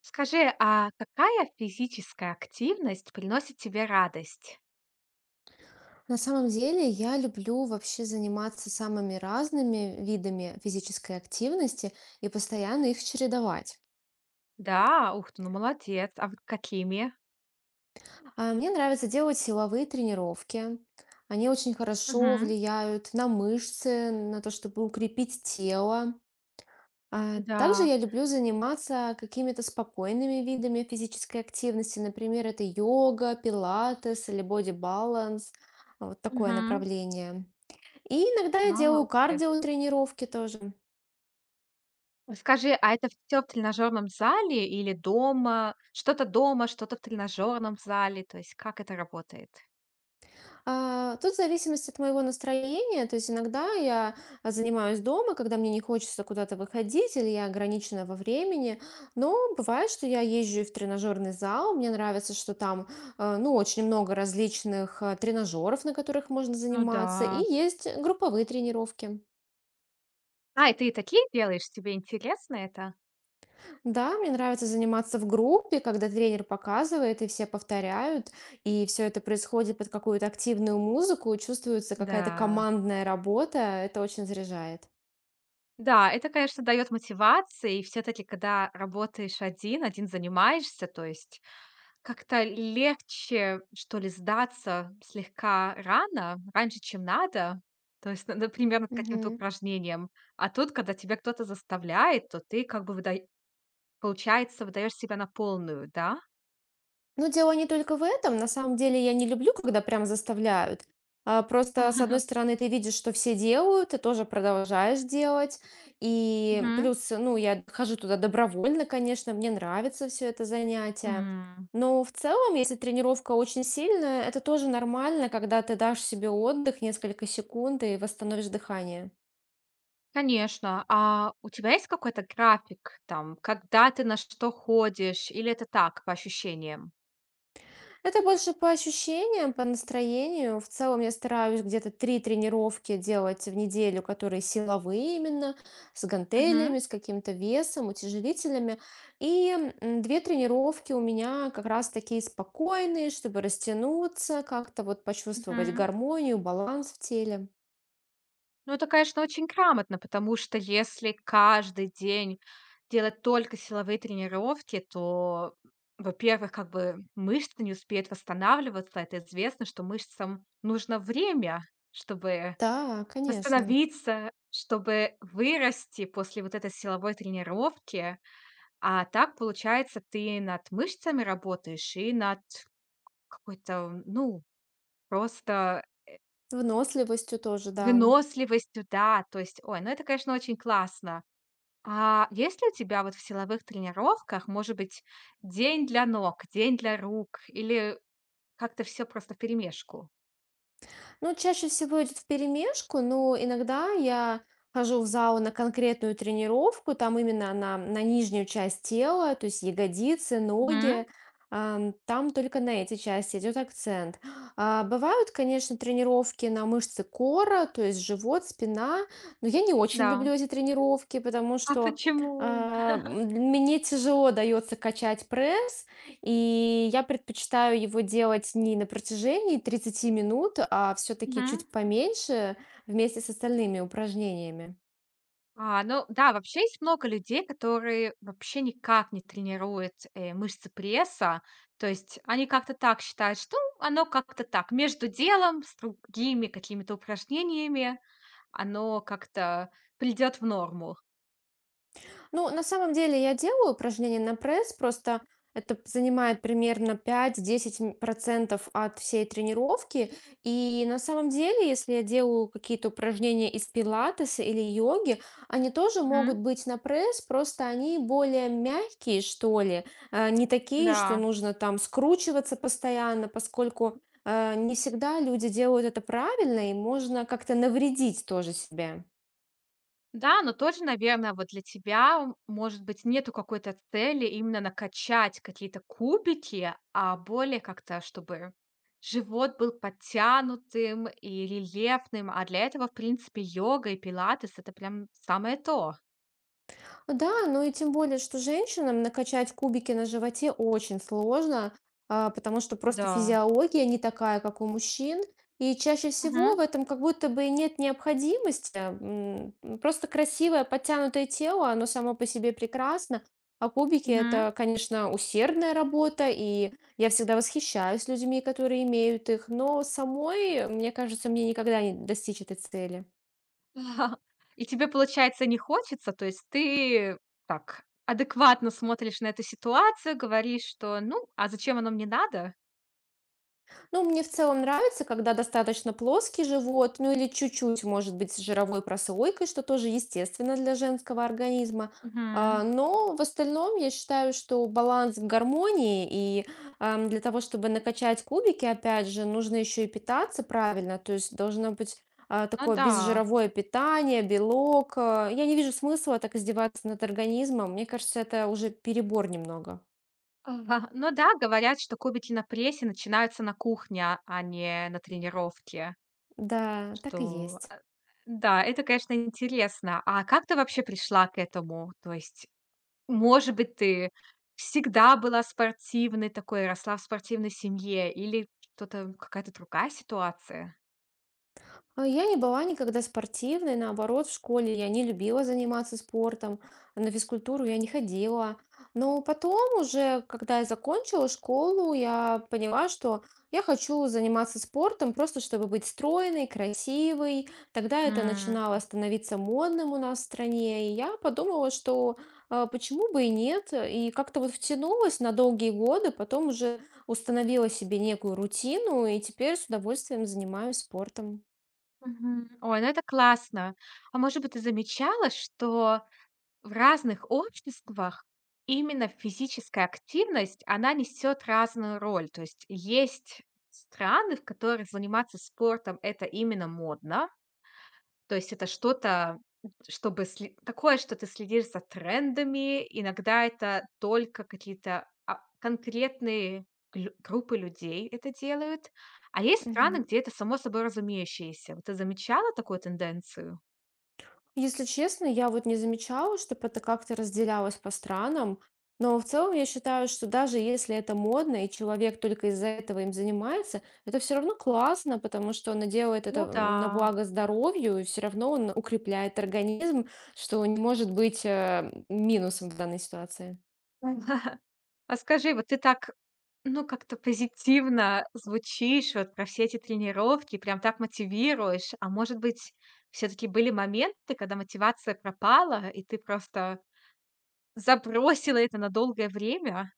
Скажи, а какая физическая активность приносит тебе радость? На самом деле я люблю вообще заниматься самыми разными видами физической активности и постоянно их чередовать. Да, ух ты, ну молодец. А вот какими? Мне нравится делать силовые тренировки. Они очень хорошо Мгм. влияют на мышцы, на то, чтобы укрепить тело. Также Да. я люблю заниматься какими-то спокойными видами физической активности. Например, это йога, пилатес или боди-баланс. Вот такое Мгм. направление. И иногда я А, делаю ух ты. кардио тренировки тоже. Скажи, а это все в тренажерном зале или дома? Что-то дома, что-то в тренажерном зале? То есть как это работает? Тут в зависимости от моего настроения, то есть иногда я занимаюсь дома, когда мне не хочется куда-то выходить или я ограничена во времени, но бывает, что я езжу и в тренажерный зал. Мне нравится, что там ну, очень много различных тренажеров, на которых можно Ну заниматься, и да. есть групповые тренировки. А, и ты и такие делаешь? Тебе интересно это? Да, мне нравится заниматься в группе, когда тренер показывает, и все повторяют, и все это происходит под какую-то активную музыку, чувствуется какая-то Да. командная работа, это очень заряжает. Да, это, конечно, дает мотивации. И все-таки, когда работаешь один занимаешься, то есть, как-то легче, что ли, сдаться слегка раньше, чем надо. То есть, на например, над каким-то Мгм. упражнением. А тут, когда тебя кто-то заставляет, то ты как бы выдай получается, выдаёшь себя на полную, да? Ну, дело не только в этом. На самом деле я не люблю, когда прям заставляют. Просто, с Ага, одной стороны, ты видишь, что все делают, ты тоже продолжаешь делать. И мгм. плюс, ну, я хожу туда добровольно, конечно, мне нравится все это занятие. М, Но в целом, если тренировка очень сильная, это тоже нормально, когда ты дашь себе отдых несколько секунд и восстановишь дыхание. Конечно. А у тебя есть какой-то график там, когда ты на что ходишь, или это так, по ощущениям? Это больше по ощущениям, по настроению. В целом я стараюсь где-то 3 тренировки делать в неделю, которые силовые именно, с гантелями, с каким-то весом, утяжелителями. И 2 тренировки у меня как раз такие спокойные, чтобы растянуться, как-то вот почувствовать Мгм. гармонию, баланс в теле. Ну, это, конечно, очень грамотно, потому что если каждый день делать только силовые тренировки, то, во-первых, как бы мышцы не успеют восстанавливаться. Это известно, что мышцам нужно время, чтобы Да, конечно. восстановиться, чтобы вырасти после вот этой силовой тренировки. А так, получается, ты над мышцами работаешь и над какой-то, ну, просто Выносливостью тоже, да. выносливостью, да. То есть, ой, ну это, конечно, очень классно. А есть ли у тебя вот в силовых тренировках, может быть, день для ног, день для рук или как-то все просто вперемешку? Ну, чаще всего идет вперемешку, но иногда я хожу в зал на конкретную тренировку, там именно на нижнюю часть тела, то есть ягодицы, ноги. Мгм. Там только на эти части идет акцент. Бывают, конечно, тренировки на мышцы кора, то есть живот, спина, но я не очень Да. люблю эти тренировки, потому А что почему? Мне тяжело дается качать пресс, и я предпочитаю его делать не на протяжении 30 минут, а все-таки Мгм. чуть поменьше вместе с остальными упражнениями. А, ну да, вообще есть много людей, которые вообще никак не тренируют, мышцы пресса. То есть они как-то так считают, что, ну, оно как-то так, между делом, с другими какими-то упражнениями, оно как-то придёт в норму. Ну, на самом деле я делаю упражнения на пресс, просто это занимает примерно 5-10% от всей тренировки. И на самом деле, если я делаю какие-то упражнения из пилатеса или йоги, они тоже могут Мгм. быть на пресс, просто они более мягкие, что ли, не такие, что Да. нужно там скручиваться постоянно, поскольку не всегда люди делают это правильно, и можно как-то навредить тоже себе. Да, но тоже, наверное, вот для тебя, может быть, нету какой-то цели именно накачать какие-то кубики, а более как-то, чтобы живот был подтянутым и рельефным. А для этого, в принципе, йога и пилатес — это прям самое то. Да, ну и тем более, что женщинам накачать кубики на животе очень сложно, потому что просто Да. физиология не такая, как у мужчин. И чаще всего в Мгм, этом как будто бы и нет необходимости. Просто красивое подтянутое тело, оно само по себе прекрасно. А кубики мгм. это, конечно, усердная работа, и я всегда восхищаюсь людьми, которые имеют их, но самой, мне кажется, мне никогда не достичь этой цели. И тебе, получается, не хочется? То есть ты так адекватно смотришь на эту ситуацию, говоришь, что: «Ну, а зачем оно мне надо?» Ну, мне в целом нравится, когда достаточно плоский живот, ну или чуть-чуть, может быть, с жировой прослойкой, что тоже естественно для женского организма. Мгм. Но в остальном я считаю, что баланс в гармонии, и для того, чтобы накачать кубики, опять же, нужно еще и питаться правильно, то есть должно быть Ну такое да. безжировое питание, белок. Я не вижу смысла так издеваться над организмом, мне кажется, это уже перебор немного. Ага. Ну да, говорят, что кубики на прессе начинаются на кухне, а не на тренировке. Да, так и Что, есть. э, да, это, конечно, интересно. А как ты вообще пришла к этому? То есть, может быть, ты всегда была спортивной такой, росла в спортивной семье или что-то, какая-то другая ситуация? Я не была никогда спортивной, наоборот, в школе я не любила заниматься спортом, на физкультуру я не ходила. Но потом уже, когда я закончила школу, я поняла, что я хочу заниматься спортом просто чтобы быть стройной, красивой. Тогда это М. начинало становиться модным у нас в стране, и я подумала, что почему бы и нет, и как-то вот втянулась на долгие годы, потом уже установила себе некую рутину, и теперь с удовольствием занимаюсь спортом. Мгм. Ой, ну это классно. А может быть, ты замечала, что в разных обществах именно физическая активность, она несет разную роль. То есть есть страны, в которых заниматься спортом — это именно модно. То есть это что-то, чтобы сли такое, что ты следишь за трендами. Иногда это только какие-то, конкретные лю группы людей это делают. А есть Мгм. страны, где это само собой разумеющееся. Вот ты замечала такую тенденцию? Если честно, я вот не замечала, чтобы это как-то разделялось по странам, но в целом я считаю, что даже если это модно, и человек только из-за этого им занимается, это все равно классно, потому что он делает это Ну да. На благо здоровью, и все равно он укрепляет организм, что не может быть минусом в данной ситуации. А скажи, вот ты так, ну, как-то позитивно звучишь вот про все эти тренировки, прям так мотивируешь. А может быть, все таки были моменты, когда мотивация пропала, и ты просто забросила это на долгое время?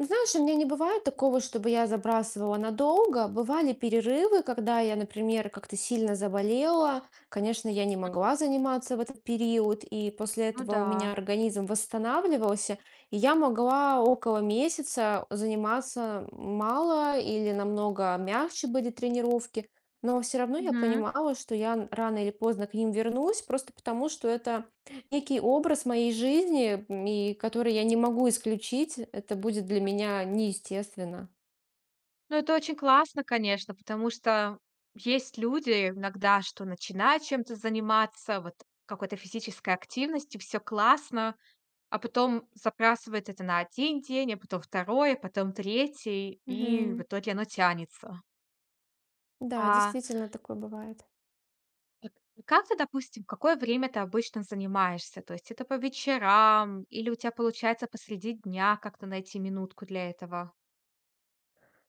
Знаешь, у меня не бывает такого, чтобы я забрасывала надолго. Бывали перерывы, когда я, например, как-то сильно заболела. Конечно, я не могла заниматься в этот период, и после Ну этого у меня да. организм восстанавливался, и я могла около месяца заниматься мало или намного мягче были тренировки. Но все равно я Мгм. понимала, что я рано или поздно к ним вернусь, просто потому что это некий образ моей жизни, и который я не могу исключить, это будет для меня неестественно. Ну, это очень классно, конечно, потому что есть люди иногда, что начинают чем-то заниматься, вот какой-то физической активностью, все классно, а потом запрасывать это на 1 день, а потом 2, потом третий, и в Мгм. итоге оно тянется. Да, А действительно такое бывает. вот как ты, допустим, какое время ты обычно занимаешься? То есть это по вечерам или у тебя получается посреди дня как-то найти минутку для этого?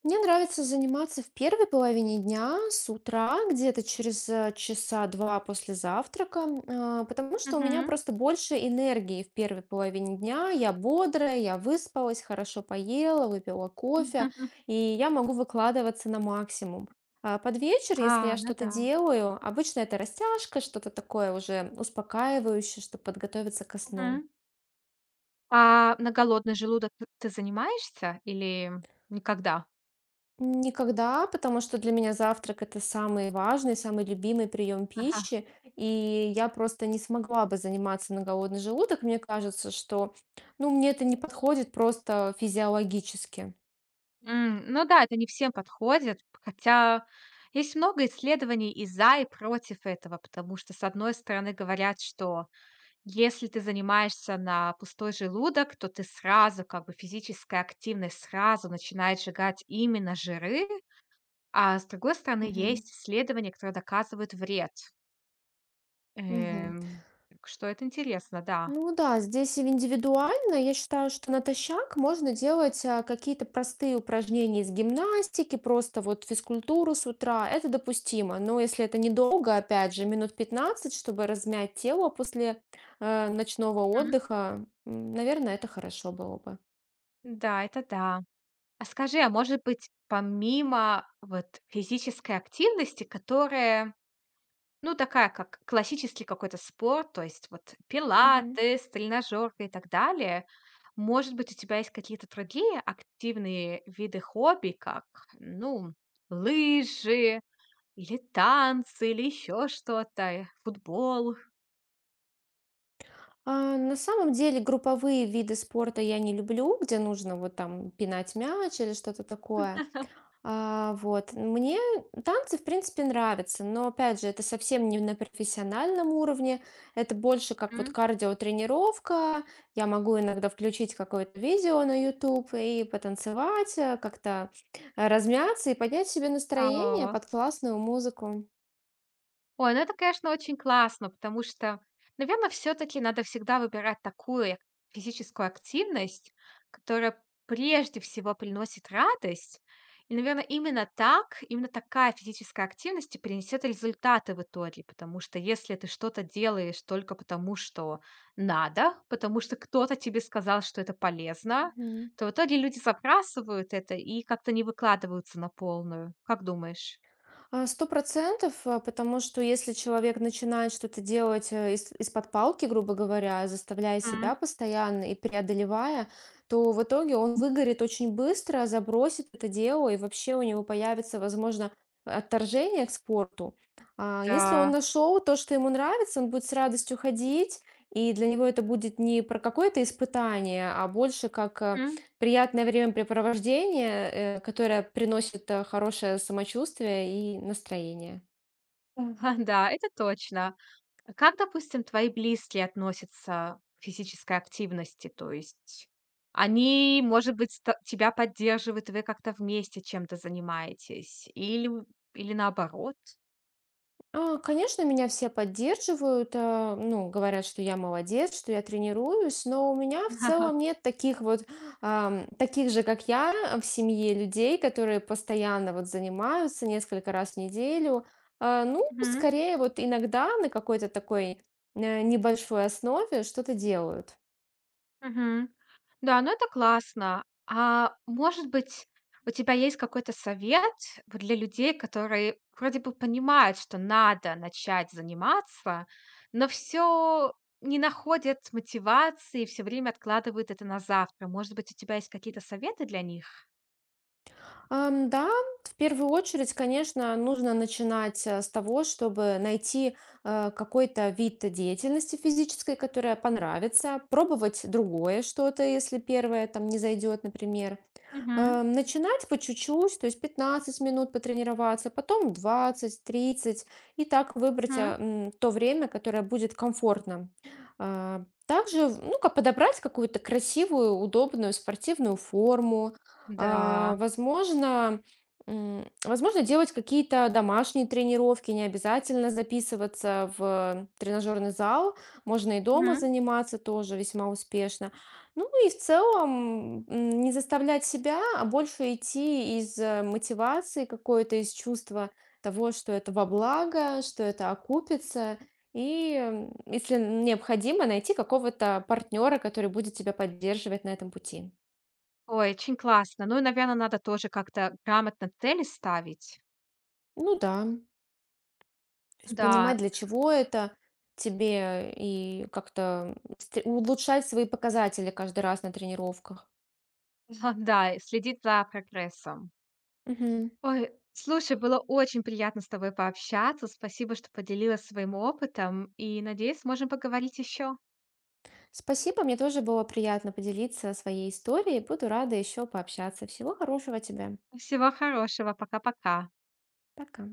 Мне нравится заниматься в первой половине дня, с утра, где-то через часа два после завтрака, потому что у меня Мгм. просто больше энергии в первой половине дня. Я бодрая, я выспалась, хорошо поела, выпила кофе, и я могу выкладываться на максимум. А под вечер, если я А, ну что-то да. делаю, обычно это растяжка, что-то такое уже успокаивающее, чтобы подготовиться ко сну. Мгм. А на голодный желудок т ты занимаешься или никогда? Никогда, потому что для меня завтрак это самый важный, самый любимый прием пищи, и я просто не смогла бы заниматься на голодный желудок. Мне кажется, что, ну, мне это не подходит просто физиологически. М, ну да, это не всем подходит, хотя есть много исследований и за, и против этого, потому что, с одной стороны, говорят, что если ты занимаешься на пустой желудок, то ты сразу, как бы физическая активность сразу начинает сжигать именно жиры, а с другой стороны, Мгм. есть исследования, которые доказывают вред. Мгм. Эм, так что это интересно, да. Ну да, здесь и индивидуально. Я считаю, что натощак можно делать какие-то простые упражнения из гимнастики, просто вот физкультуру с утра. Это допустимо. Но если это недолго, опять же, минут 15, чтобы размять тело после ночного Мгм. отдыха, наверное, это хорошо было бы. Да, это да. А скажи, а может быть, помимо вот физической активности, которая ну, такая, как классический какой-то спорт, то есть вот Мгм. пилатес, тренажёрка и так далее. Может быть, у тебя есть какие-то другие активные виды хобби, как, ну, лыжи или танцы, или еще что-то, футбол? На самом деле групповые виды спорта я не люблю, где нужно вот там пинать мяч или что-то такое. Вот. Мне танцы, в принципе, нравятся, но, опять же, это совсем не на профессиональном уровне, это больше как вот М. кардиотренировка. Я могу иногда включить какое-то видео на YouTube и потанцевать, как-то, размяться и поднять себе настроение А. под классную музыку. Ой, ну это, конечно, очень классно, потому что, наверное, все-таки надо всегда выбирать такую физическую активность, которая прежде всего приносит радость. И, наверное, именно так, именно такая физическая активность и принесет результаты в итоге, потому что если ты что-то делаешь только потому, что надо, потому что кто-то тебе сказал, что это полезно, Мгм. то в итоге люди забрасывают это и как-то не выкладываются на полную. Как думаешь? 100%, потому что если человек начинает что-то делать, из из-под палки, грубо говоря, заставляя М, себя постоянно и преодолевая, то в итоге он выгорит очень быстро, забросит это дело, и вообще у него появится, возможно, отторжение к спорту. А если он да. нашел то, что ему нравится, он будет с радостью ходить, и для него это будет не про какое-то испытание, а больше как М. приятное времяпрепровождение, которое приносит хорошее самочувствие и настроение. Ага, да, это точно. А как, допустим, твои близкие относятся к физической активности? То есть они, может быть, тебя поддерживают, и вы как-то вместе чем-то занимаетесь? Или наоборот? Конечно, меня все поддерживают, ну, говорят, что я молодец, что я тренируюсь, но у меня в целом нет таких вот, таких же, как я, в семье людей, которые постоянно вот занимаются несколько раз в неделю. Ну, Мгм. скорее вот иногда на какой-то такой небольшой основе что-то делают. Мгм. Да, ну это классно. А может быть, у тебя есть какой-то совет вот для людей, которые вроде бы понимают, что надо начать заниматься, но все не находят мотивации, все время откладывают это на завтра. Может быть, у тебя есть какие-то советы для них? Да, в первую очередь, конечно, нужно начинать с того, чтобы найти какой-то вид деятельности физической, которая понравится, пробовать другое что-то, если первое там не зайдет, например. Мгм, Начинать по чуть-чуть, то есть 15 минут потренироваться, потом 20, 30, и так выбрать, мгм. То время, которое будет комфортно. Также, ну, как подобрать какую-то красивую, удобную спортивную форму. Да. А, возможно, возможно, делать какие-то домашние тренировки, не обязательно записываться в тренажерный зал, можно и дома Мгм. заниматься тоже весьма успешно. Ну и в целом, не заставлять себя, а больше идти из мотивации какой-то, из чувства того, что это во благо, что это окупится. И если необходимо, найти какого-то партнера, который будет тебя поддерживать на этом пути. Ой, очень классно. Ну и, наверное, надо тоже как-то грамотно цели ставить. Ну да, то есть понимать, Да, для чего это тебе, и как-то улучшать свои показатели каждый раз на тренировках. да, и следить за прогрессом. Ой, слушай, было очень приятно с тобой пообщаться. Спасибо, что поделилась своим опытом, и, надеюсь, сможем поговорить еще. Спасибо, мне тоже было приятно поделиться своей историей. Буду рада еще пообщаться. Всего хорошего тебе. Всего хорошего. Пока-пока. Пока.